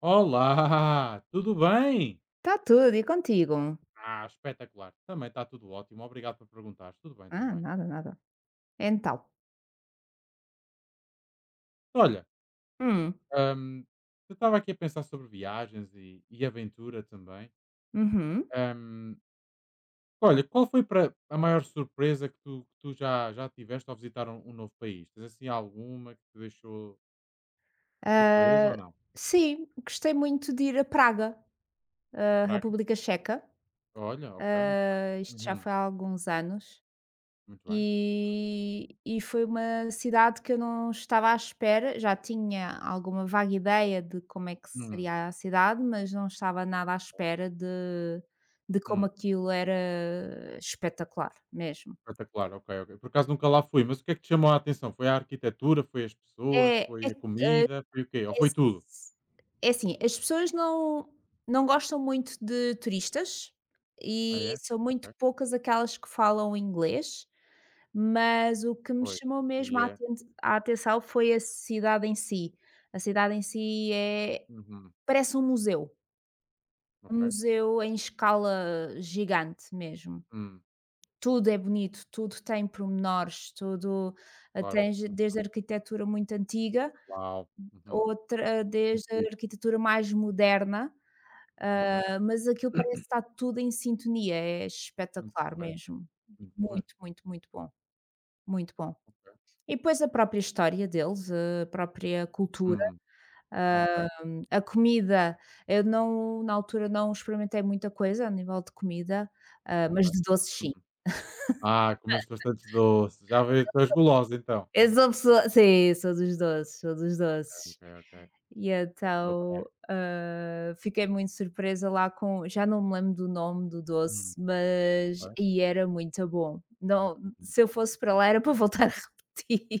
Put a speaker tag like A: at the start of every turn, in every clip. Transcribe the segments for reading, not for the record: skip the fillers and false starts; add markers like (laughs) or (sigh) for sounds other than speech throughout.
A: Olá, tudo bem?
B: Está tudo, e contigo?
A: Ah, espetacular. Também está tudo ótimo. Obrigado por perguntar. Tudo bem
B: Ah,
A: também.
B: nada, nada. Então.
A: Olha,
B: Hum.
A: hum, eu estava aqui a pensar sobre viagens e aventura também.
B: Uhum.
A: Hum, Olha, qual foi para a maior surpresa que tu já tiveste ao visitar um novo país? Tens assim alguma que te deixou surpresa ou
B: Ah,
A: não?
B: sim, gostei muito de ir a Praga,
A: Em
B: ah,
A: Praga?
B: República Checa.
A: Olha, ok. Muito
B: Ah,
A: bem.
B: isto já
A: Uhum,
B: foi há alguns anos.
A: muito bem.
B: E foi uma cidade que eu não estava à espera, já tinha alguma vaga ideia de como é que
A: Hum,
B: seria a cidade, mas não estava nada à espera de como
A: hum.
B: aquilo era espetacular mesmo.
A: Espetacular, ok, ok. Por acaso nunca lá fui, mas o que é que te chamou a atenção? Foi a arquitetura, foi as pessoas,
B: É,
A: foi
B: é
A: a comida, foi o quê? Ou
B: É
A: foi
B: s
A: tudo?
B: é assim, as pessoas não gostam muito de turistas e
A: Ah, é?
B: são muito
A: Ok.
B: poucas aquelas que falam inglês, mas o que me
A: Pois.
B: chamou
A: E
B: mesmo a
A: é.
B: aten a atenção foi a cidade em si. A cidade em si
A: Uhum.
B: parece
A: Ok.
B: um museu em escala gigante mesmo.
A: Hum,
B: Tudo é bonito, tudo tem pormenores, tudo,
A: Claro.
B: tens
A: Uhum.
B: desde a arquitetura muito antiga.
A: Uau. Uhum.
B: Outra
A: Muito
B: desde a
A: fixe.
B: arquitetura mais moderna,
A: Ok.
B: mas aquilo parece estar tudo em sintonia, é
A: Muito
B: espetacular
A: porreiro.
B: mesmo.
A: Muito porreiro.
B: Muito, muito, muito bom, muito bom.
A: Ok.
B: E depois a própria história deles, a própria cultura,
A: Uhum. Ok.
B: hã, a comida. Eu não Na altura não experimentei muita coisa a nível de comida,
A: Ok.
B: mas de doces sim.
A: Uhum. Ah, comeste bastantes doces. Já veio estás gulosa então. (laughs)
B: Eu
A: Aham.
B: sou pessoa sim, sou dos doces, sou dos doces.
A: Ok, ok, ok.
B: E
A: Boa praia.
B: então, fiquei muito surpresa lá com já não me lembro do nome do
A: Hum,
B: doce, mas
A: ok.
B: e era muito bom. Não,
A: Muito
B: se eu
A: bom.
B: fosse para
A: Uhum.
B: lá era para voltar (laughs) a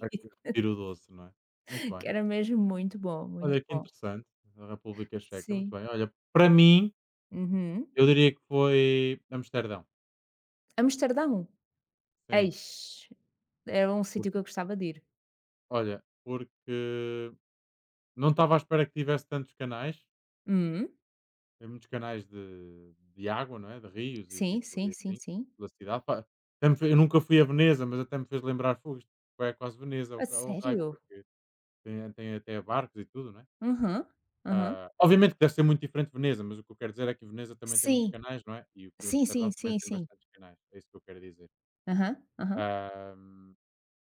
A: É que repetir o doce, não é? Muito bem.
B: que era mesmo muito bom, muito
A: Olha que
B: bom.
A: interessante, a República Checa, muito
B: Sim.
A: bem. Olha, para mim,
B: Uhum.
A: eu diria que foi Amsterdão.
B: Amsterdão.
A: Sim,
B: Eixe, era um
A: por-
B: sítio que eu gostava de ir.
A: olha, porque não estava à espera que tivesse tantos canais,
B: Hum.
A: tem muitos canais de água, não é? De rios e
B: Sim,
A: tipo e
B: sim, sim,
A: assim,
B: sim.
A: pela cidade. Pá, eu nunca fui a Veneza, mas até me fez lembrar fogo, isto é quase Veneza,
B: A
A: o raio,
B: sério?
A: porque tem até barcos e tudo, não é?
B: Aham, aham.
A: Ah, obviamente que deve ser muito diferente de Veneza, mas o que eu quero dizer é que Veneza também tem muitos
B: Sim,
A: canais, não é? E o
B: sim,
A: Amsterdão
B: sim,
A: também
B: sim,
A: tem
B: sim.
A: bastantes canais, é isso que eu quero dizer.
B: Aham, aham.
A: Ahm,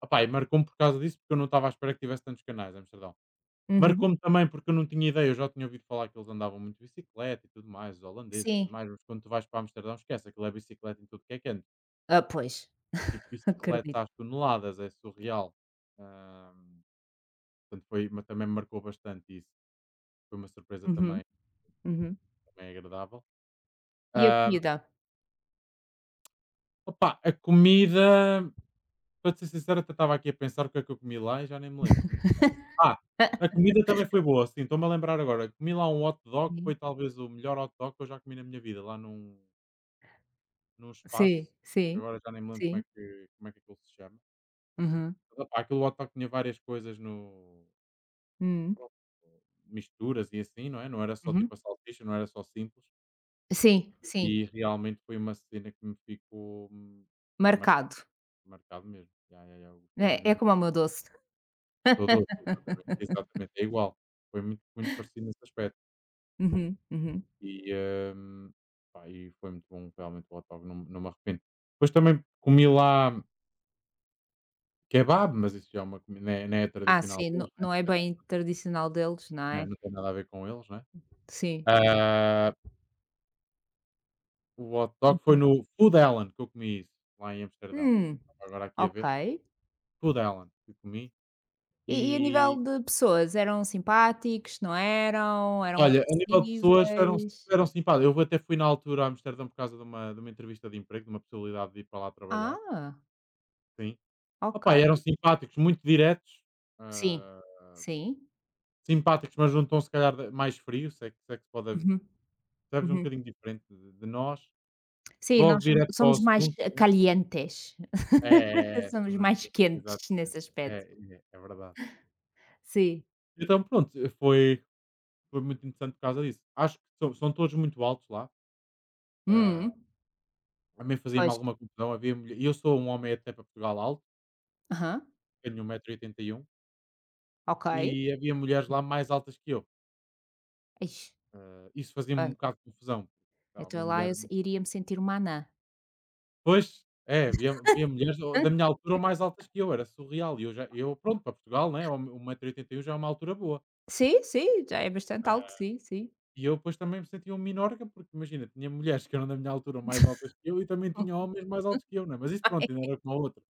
A: opá, e marcou-me por causa disso, porque eu não estava à espera que tivesse tantos canais, Amsterdão.
B: Uhum.
A: Marcou-me também porque eu não tinha ideia, eu já tinha ouvido falar que eles andavam muito de bicicleta e tudo mais, os holandeses e tudo
B: Sim.
A: mais, mas quando tu vais para Amsterdão, esquece, aquilo é bicicleta em tudo que é canto.
B: Ah, pois.
A: Tipo, bicicletas
B: Acredito.
A: às toneladas, é surreal. Ahm, portanto, foi, mas também me marcou bastante isso. Foi uma surpresa também,
B: Uhum, uhum.
A: também agradável.
B: E a
A: Ahm,
B: comida?
A: opá, a comida, para te ser sincero, até estava aqui a pensar o que é que eu comi lá e já nem me lembro. Ah, a comida também foi boa, sim, estou-me a lembrar agora. Comi lá um hot dog, que foi
B: Sim,
A: talvez o melhor hot dog que eu já comi na minha vida, lá num
B: sim,
A: espaço, que
B: sim,
A: agora já nem me lembro como é
B: sim.
A: que como é que aquilo se chama.
B: Uhum,
A: Mas, opá, aquele hot dog tinha várias coisas no
B: hum,
A: pronto, misturas e assim, não é, não era só
B: uhum.
A: tipo a salsicha, não era só simples,
B: Sim, sim,
A: e realmente foi uma cena que me ficou marcado,
B: marcado.
A: marcado mesmo. Ya, ya, ya, eu gostei mesmo
B: É
A: imen
B: como o meu doce.
A: todo, exatamente, exatamente, é igual, foi muito muito parecido nesse aspecto.
B: Uhum, uhum.
A: E, pá, e foi muito bom, realmente, o hot dog, não não me arrependo. Depois também comi lá kebab, mas isso já é uma comida não é não é
B: Ah,
A: tradicional
B: sim, não
A: deles, né,
B: não é
A: não tem
B: bem tradicional deles,
A: nada,
B: não é?
A: né, não tem nada a ver com eles, né.
B: Sim.
A: Ah, o hot dog foi
B: Uhum.
A: no Food Island que eu comi isso, lá em Amsterdão.
B: Hum.
A: Estava agora aqui a
B: Ok.
A: ver, Food Island que eu comi
B: E a
A: e,
B: nível de pessoas, eram simpáticos, não eram? Eram
A: olha, a nível de pessoas eram
B: acessíveis?
A: eram simpáticas. Eu até fui na altura a Amsterdão por causa de uma entrevista de emprego, de uma possibilidade de ir para lá trabalhar,
B: Ah,
A: sim.
B: ok.
A: Opa, eram simpáticos, muito diretos,
B: Sim,
A: hã,
B: sim.
A: simpáticos, mas num tom se calhar de mais frio, se é que se pode haver
B: Uhum,
A: percebes? Um
B: uhum.
A: bocadinho diferente de nós,
B: Sim,
A: logo
B: nós
A: direto ao
B: somos mais
A: assunto, né?
B: calientes.
A: É, é, é,
B: (laughs) Somos
A: nós
B: mais quentes
A: exatamente.
B: nesse
A: É,
B: aspecto.
A: é, é verdade.
B: Sim.
A: Então pronto, eh, foi foi muito interessante por causa disso. Acho que são todos muito altos lá, hã,
B: Hum,
A: a mim fazia-me
B: pois.
A: alguma confusão, havia mulhe e eu sou um homem até para Portugal alto,
B: Aham,
A: tenho 1,81 m
B: ok.
A: e havia mulheres lá mais altas que eu.
B: Ixi,
A: Eh, isso fazia-me um
B: olha,
A: bocado de confusão, porque uma
B: então lá
A: mulher
B: eu se iria me sentir uma anã.
A: pois, é, havia mulheres ou da minha
B: (laughs)
A: altura ou mais altas que eu, era surreal e eu já eu pronto, para Portugal, né, um metro e oitenta e um já é uma altura boa.
B: Sim, sim, já é bastante
A: Ah.
B: alto, sim, sim.
A: E eu depois também me sentia um minorca, porque imagina, tinha mulheres que eram da minha altura ou mais altas que eu e também tinha homens mais altos que eu, né, mas isso pronto, ainda
B: (laughs)
A: era como a outra.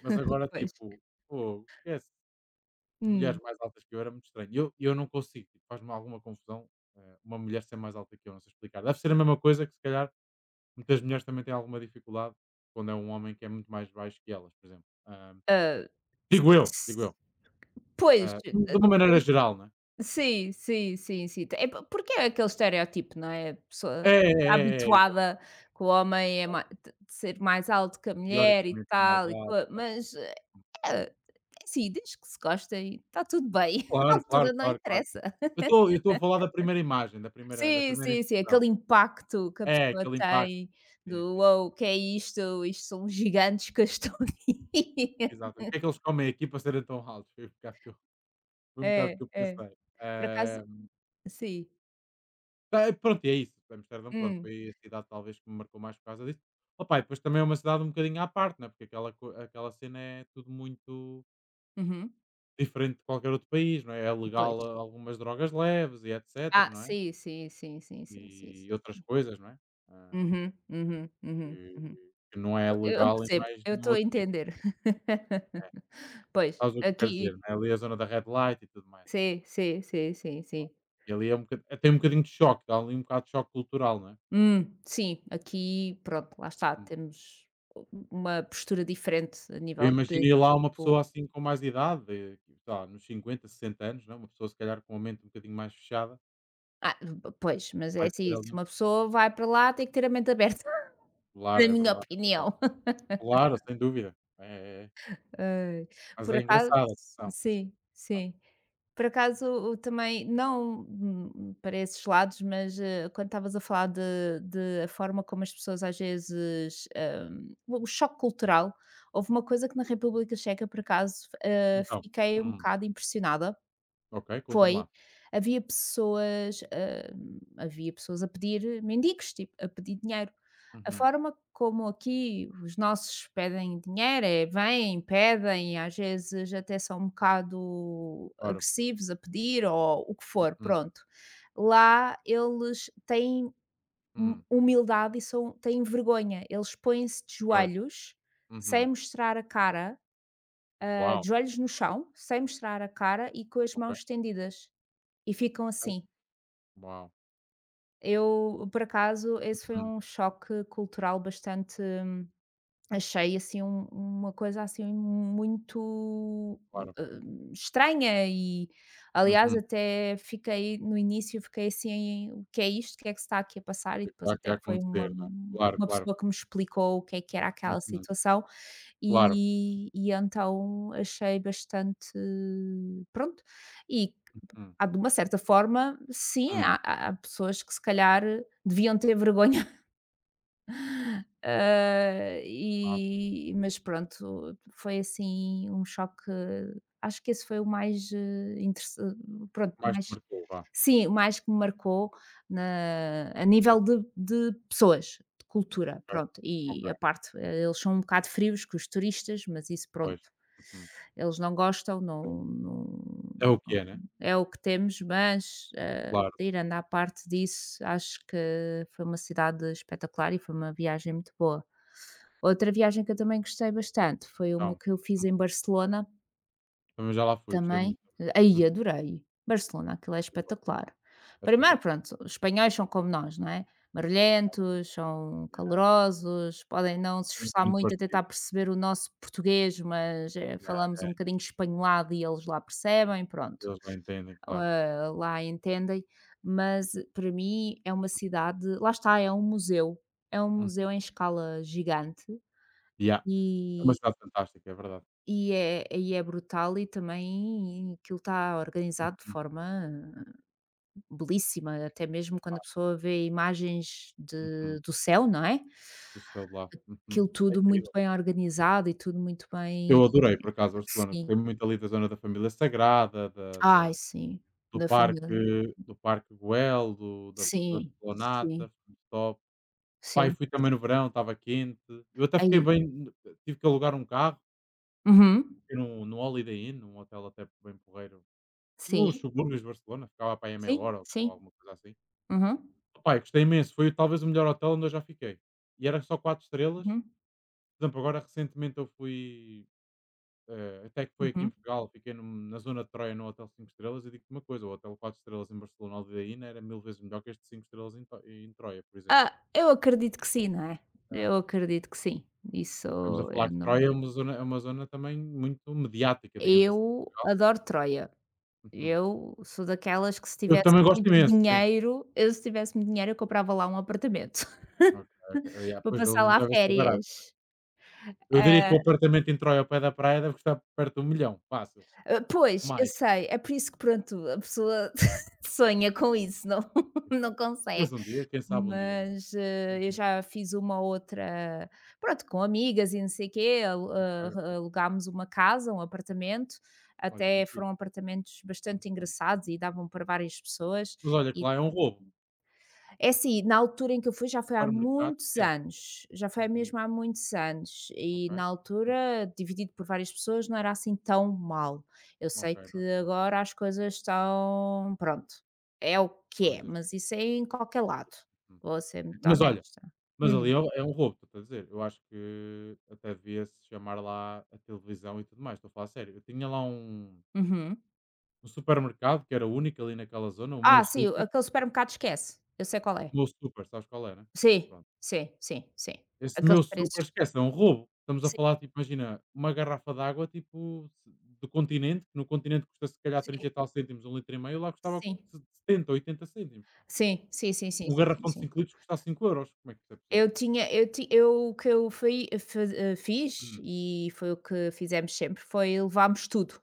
A: Mas agora,
B: Pois.
A: tipo, fogo, esquece,
B: Hum.
A: mulheres mais altas que eu era muito estranho. Eu não consigo, tipo, faz-me alguma confusão, eh, uma mulher ser mais alta que eu, não sei explicar. Deve ser a mesma coisa que se calhar muitas mulheres também têm alguma dificuldade quando é um homem que é muito mais baixo que elas, por exemplo. Ah,
B: Ah,
A: digo eu, digo
B: s
A: eu.
B: pois,
A: Ah,
B: eh.
A: de uma maneira geral, né
B: Sim, sim, sim, sim. É po porque é aquele estereótipo, não é? A pessoa
A: é? É, é, é, é, exato,
B: habituada que o homem é
A: exato.
B: ma de ser mais alto que a mulher e
A: Teoricamente é mais
B: tal e co
A: alto. Exato.
B: mas, eh, é assim, desde que se gostem, está tudo bem, (laughs) a
A: Claro, claro,
B: altura não
A: claro, claro.
B: interessa.
A: Eu estou a falar da primeira imagem, da primeira, da
B: Sim,
A: primeira
B: sim, sim,
A: impressão.
B: aquele impacto que a
A: É,
B: pessoa
A: aquele impacto.
B: tem
A: Sim,
B: do:
A: sim.
B: "Uou, o que é isto? Isto são gigantes que eu estou aqui".
A: Exato.
B: (laughs)
A: O que é que eles comem aqui para serem tão altos? Foi um bocado que eu, foi um bocado que
B: É,
A: eu
B: é.
A: pensei.
B: Por acaso
A: Ah,
B: sim.
A: Ah, pronto, e é isso. Amsterdão, pronto,
B: Hum.
A: foi a cidade talvez que me marcou mais por causa disso. Opa, e depois também é uma cidade um bocadinho à parte, não é? Porque aquela, co- aquela cena é tudo muito
B: Uhum.
A: diferente de qualquer outro país, não é? É legal
B: Pois.
A: ah, algumas drogas leves e etc,
B: Ah,
A: não é?
B: sim, sim, sim, sim,
A: E
B: sim, sim, sim.
A: outras
B: Sì.
A: coisas, não é? Ah,
B: Mh-mh, mh-mh,
A: que, que não é
B: Eu
A: legal em
B: percebo,
A: mais
B: eu
A: nenhum
B: estou a
A: outro sítio,
B: entender.
A: não é?
B: (laughs) Pois,
A: Sabes o que eu quero dizer,
B: aqui
A: não é? Ali é a zona da red light e tudo mais, não é?
B: sim, sim, sim, sim, sim.
A: E ali tem um bocadinho de choque, dá ali um bocado de choque cultural, não é?
B: Sim, aqui, pronto, lá está, temos uma postura diferente a
A: Eu
B: nível
A: imaginei
B: desse
A: lá uma
B: tipo.
A: pessoa assim com mais idade, eh, sei lá, nos 50, 60 anos, não é, uma pessoa se calhar com a mente um bocadinho mais fechada,
B: ah, Pois, mas é
A: vai ter
B: assim, se
A: ali
B: uma pessoa vai para lá tem que ter a mente aberta, (laughs)
A: claro,
B: na
A: é
B: minha
A: verdade, é verdade.
B: opinião. (laughs)
A: Claro, sem dúvida. É, é, é.
B: Ai,
A: Mas
B: por
A: é
B: acaso
A: engraçado, atenção.
B: sim,
A: Tá.
B: sim. Por acaso, o também não, para esses lados, mas, eh, quando estavas a falar de a forma como as pessoas às vezes, o choque cultural, houve uma coisa que na República Checa, por acaso, eh,
A: Então,
B: fiquei um
A: hum,
B: bocado impressionada,
A: ok, conta-me
B: foi.
A: lá.
B: Havia pessoas, hã, havia pessoas a pedir mendigos, tipo, a pedir dinheiro. A
A: Uhum.
B: forma como aqui os nossos pedem dinheiro é vêm, pedem, às vezes até são um bocado
A: Ora,
B: agressivos a pedir ou o que for,
A: uhum,
B: pronto. Lá eles têm hu
A: hum,
B: humildade e são têm vergonha, eles põem-se de
A: pois,
B: joelhos, sem
A: uhum.
B: mostrar a cara,
A: Uau,
B: de joelhos no chão, sem mostrar a cara e com as
A: ok,
B: mãos estendidas. E ficam
A: sei.
B: assim.
A: Uau,
B: Eu, por acaso, esse foi
A: uhum,
B: um choque cultural bastante. Achei assim uma coisa assim muito,
A: claro,
B: hã, estranha e aliás
A: uhum.
B: até fiquei no início fiquei assim: "O que é isto? O que é que se está aqui a
A: O
B: passar?"
A: que
B: E
A: é que está
B: depois
A: aqui a
B: até foi uma
A: acontecer, não é? Claro,
B: uma
A: claro,
B: pessoa que me explicou o que é que era aquela
A: uhum,
B: situação,
A: claro,
B: e então achei bastante, pronto. E
A: uhum,
B: há de uma certa forma sim,
A: hum.
B: há pessoas que se calhar deviam ter vergonha.
A: Ah, sim,
B: E mas pronto, foi assim um choque, acho que esse foi o mais, eh, pronto,
A: mais te
B: mais
A: marcou, vá,
B: sim, o mais que me marcou na a nível de pessoas, de cultura,
A: ok,
B: pronto.
A: ok.
B: E a parte eh, eles são um bocado frios que os turistas, mas isso pronto,
A: Pois. Uhum.
B: eles não gostam, não
A: É o que é, né?
B: é o que temos, mas, eh,
A: Claro,
B: tirando à parte disso, acho que foi uma cidade espetacular e foi uma viagem muito boa. Outra viagem que eu também gostei bastante foi uma
A: então.
B: que eu fiz
A: Uhum.
B: em Barcelona
A: Também já lá fui, gostei
B: também.
A: muito.
B: Eh,
A: Uhum.
B: aí adorei. Barcelona, aquilo é
A: Fui lá.
B: espetacular.
A: É
B: Primeiro,
A: espetacular.
B: pronto, os espanhóis são como nós, não é? Barulhentos, são
A: Yeah,
B: calorosos, podem não se
A: somos
B: esforçar
A: muito
B: muito a
A: parecidos.
B: tentar perceber o nosso português, mas eh,
A: Yeah,
B: falamos um bocadinho espanholado e eles lá percebem, pronto.
A: eles lá entendem, claro.
B: Lá entendem, mas para mim é uma cidade, lá está, é um
A: Uhum.
B: museu em escala gigante
A: Yeah, é uma
B: e,
A: cidade fantástica, é verdade.
B: e é brutal e também aquilo está organizado de
A: Uhum.
B: forma belíssima, até mesmo quando
A: Ah,
B: a pessoa vê imagens
A: uhum.
B: do céu, não é?
A: O céu de lá. Uhum.
B: Aquilo
A: É
B: tudo muito
A: incrível.
B: bem organizado e tudo muito bem,
A: Eu adorei, por acaso, Barcelona.
B: sim.
A: Gostei muito ali da zona da família sagrada, da
B: Ai,
A: da
B: sim,
A: do
B: da
A: parque
B: família.
A: do Parque Güell, do da
B: Sim,
A: Barcelonata,
B: sim,
A: foi muito top. Pai
B: sim.
A: fui também no verão, estava quente. Eu até fiquei
B: Aí,
A: bem tive que alugar um carro
B: uhum,
A: fiquei num no Holiday Inn, num hotel até bem porreiro, nos
B: sim.
A: subúrbios de Barcelona, ficava para aí a meia
B: Sim,
A: hora ou
B: sim.
A: alguma coisa assim.
B: Uhum,
A: Opá, eu gostei imenso, foi talvez o melhor hotel onde eu já fiquei. E era só 4 estrelas.
B: uhum,
A: Por exemplo, agora recentemente eu fui, eh, até que foi aqui em
B: uhum.
A: Portugal, fiquei num na zona de Troia num hotel 5 estrelas e digo-te uma coisa, o hotel 4 estrelas em Barcelona, Holiday Inn, era mil vezes melhor que este 5 estrelas em Tro em Troia, por exemplo.
B: Ah, eu acredito que sim, não é?
A: É,
B: Eu acredito que sim. Isso
A: e estamos a
B: eu
A: falar que
B: não
A: Troia é uma zona também muito mediática, digamos assim, em
B: eu
A: Portugal.
B: adoro Troia.
A: Uhum.
B: Eu sou daquelas que se
A: Eu
B: tivesse
A: também gosto
B: muito
A: imenso, sim.
B: dinheiro, eu comprava lá um apartamento.
A: Ok,
B: (laughs)
A: ok. Yeah,
B: Para
A: pois eles
B: passar
A: não
B: lá
A: devem ser baratos.
B: férias.
A: Eu diria que
B: Ah,
A: o apartamento em Troia ao pé da praia deve custar perto de 1.000.000, fácil,
B: ah,
A: ou
B: pois, eu
A: mais,
B: sei, é por isso que, pronto, a pessoa (laughs) sonha com isso, não (laughs) não
A: exato.
B: consegue.
A: Mas um dia, quem sabe um dia, né?
B: Mas, eh, eu
A: Uhum.
B: já fiz uma outra, pronto, com amigas e não sei o quê, alu
A: Ok,
B: ah, re
A: ok.
B: alugámos uma casa, um apartamento,
A: Olha, bem
B: até foram
A: fixe.
B: apartamentos bastante
A: Uhum.
B: engraçados e davam para várias pessoas.
A: Mas olha que lá é um roubo.
B: É assim, na altura em que eu fui já foi há
A: Supermercado,
B: muitos
A: esquece.
B: anos, já foi
A: Uhum.
B: mesmo há muitos anos
A: Ok.
B: e na
A: Uhum.
B: altura, dividido por várias pessoas, não era assim tão mal. Eu
A: Ok,
B: sei que
A: não, não,
B: agora as coisas estão, pronto, é o que
A: não
B: é,
A: exagero,
B: mas isso é em
A: não
B: qualquer
A: exagero.
B: lado,
A: Uhum.
B: vou ser muito
A: Mas olha,
B: honesta.
A: mas
B: Hum,
A: ali é um roubo, estou a dizer. Eu acho que até devia-se chamar lá a televisão e tudo mais, estou a falar sério. Eu tinha lá um
B: uhum.
A: um supermercado que era único ali naquela zona, o meu
B: Ah, sim,
A: super
B: aquele supermercado esquece, eu sei qual é.
A: meu super, sabes qual é, né?
B: Sim,
A: Pronto.
B: sim, sim, sim.
A: Esse
B: Aqueles
A: meu super,
B: preços.
A: esquece, é um roubo. Estamos a
B: Sim,
A: falar, tipo, imagina, uma garrafa de água, tipo, do continente, que no continente custa se calhar 30
B: sim,
A: e tal cêntimos, um litro e meio, lá custava
B: sim.
A: 70, 80 cêntimos.
B: Sim, sim, sim, sim,
A: Um
B: sim, sim,
A: garrafão de
B: sim.
A: 5 litros custa 5 euros. Como é que isso é possível?
B: Eu tinha eu ti eu O que eu fui fiz
A: Hum.
B: e foi o que fizemos sempre, foi levámos tudo.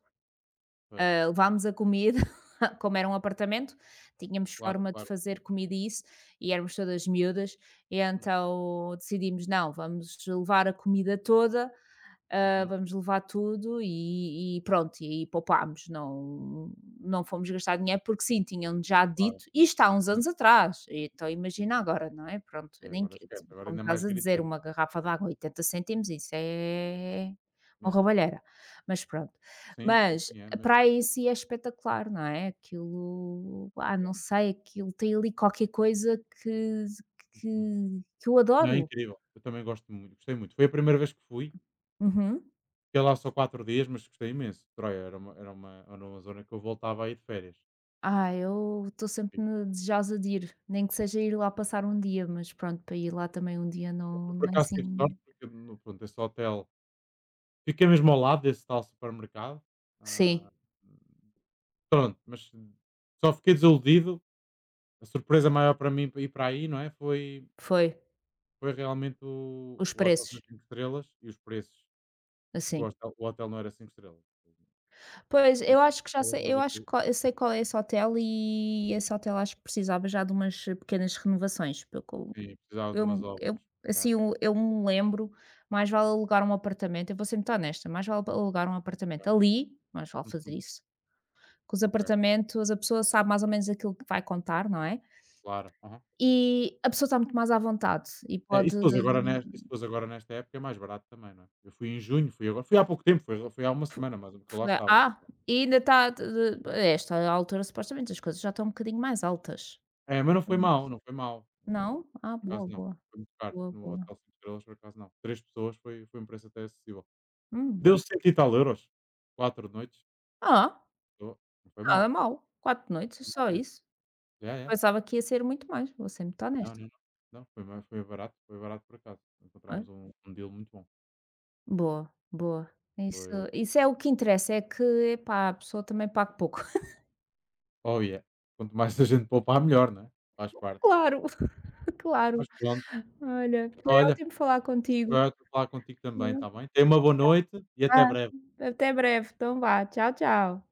A: Pois,
B: Levámos a comida, (laughs) como era um apartamento, tínhamos
A: claro,
B: forma de
A: claro.
B: fazer comida e isso, e éramos todas miúdas, e
A: Hum,
B: então decidimos: "Não, vamos levar a comida toda,
A: uhum,
B: vamos levar tudo e pronto, e aí poupámos, não fomos gastar dinheiro, porque sim, tinham já
A: claro.
B: dito isto há uns
A: Hum.
B: anos atrás, então imagina agora, não é? Pronto,
A: E
B: eu nem
A: agora
B: que,
A: esquece, agora
B: como
A: ainda é mais
B: estás a dizer,
A: gritante.
B: uma garrafa de água 80 cêntimos, isso é uma
A: Yeah.
B: roubalheira, mas pronto.
A: Sim, sim,
B: Mas
A: sim, é
B: a
A: mesmo.
B: praia em si é espetacular, não é? Aquilo,
A: Yeah.
B: não sei, aquilo tem ali qualquer coisa que
A: Uhum.
B: que que eu
A: Não, é
B: adoro.
A: incrível. Eu também gosto muito, gostei muito. Foi a primeira vez que fui
B: Uhum.
A: fiquei lá só 4 dias, mas gostei imenso. Troia era uma, era uma, era uma zona que eu voltava a ir de férias. Ah,
B: Ah, eu estou sempre
A: fixe.
B: desejosa de ir, nem que seja ir lá passar um dia, mas pronto, para ir lá também um dia
A: Eu
B: não,
A: por
B: não é
A: acaso tive sorte,
B: assim.
A: porque no, pronto, esse hotel. Fiquei mesmo ao lado desse tal supermercado. Ah,
B: Sim,
A: pronto, mas só fiquei desiludido. A surpresa maior para mim ir para aí, não é? Foi,
B: foi.
A: foi realmente o,
B: Os
A: o hotel ser
B: preços,
A: 5 estrelas e os preços. Porque
B: assim.
A: o hotel não era 5 estrelas.
B: Pois,
A: Tem
B: eu acho
A: cinco
B: que já
A: estrelas,
B: sei,
A: mas
B: eu acho
A: aquilo
B: que eu sei qual é esse hotel e esse hotel acho que precisava já de umas pequenas renovações, porque
A: sim, precisava de umas
B: eu,
A: obras.
B: eu- assim,
A: Yeah,
B: eu me lembro, mais vale alugar um apartamento, eu vou ser muito honesta, mais vale alugar um
A: yeah.
B: apartamento ali, mais vale fazer
A: Uhum,
B: isso. Com os
A: ok,
B: apartamentos, a pessoa sabe mais ou menos aquilo que vai contar, não é?
A: claro.
B: E a pessoa está muito mais à vontade e
A: É, e
B: pode
A: se fores agora nes e se fores agora nesta época é mais barato também, não é? Eu fui em junho, fui agora fui há pouco tempo, foi há uma
B: fo
A: semana mais ou menos que eu
B: fo
A: lá estava.
B: ah, e ainda está a esta altura, supostamente as coisas já estão um bocadinho mais altas.
A: É, mas não foi
B: Hum,
A: mal, não foi mal.
B: não? Ah,
A: Por acaso
B: boa,
A: não,
B: boa,
A: foi muito caro,
B: boa,
A: no
B: boa.
A: hotel 5 estrelas por acaso não. Três pessoas foi um preço até acessível.
B: Hum.
A: Deu cento e tal euros, 4 noites,
B: Ah,
A: oh, não foi mal,
B: nada
A: não
B: mal, 4 noites,
A: foi mal
B: só
A: mesmo.
B: isso.
A: Yeah, yeah.
B: Pensava que ia ser muito mais, vou sempre estar
A: Não, não,
B: nesta,
A: não, não, foi barato, foi barato por acaso.
B: olha.
A: Encontramos um deal muito bom.
B: Boa, boa. Isso
A: Foi
B: isso é o que interessa, é que, epá, a pessoa também pague pouco. (laughs)
A: oh yeah, quanto mais a gente poupar melhor, não é? Faz parte.
B: Claro, (laughs) claro.
A: Mas pronto,
B: Olha, foi
A: olha
B: ótimo falar contigo.
A: foi ótimo falar contigo também, está bem? Tenha uma boa noite e até breve.
B: Até breve, então vá. Tchau, tchau.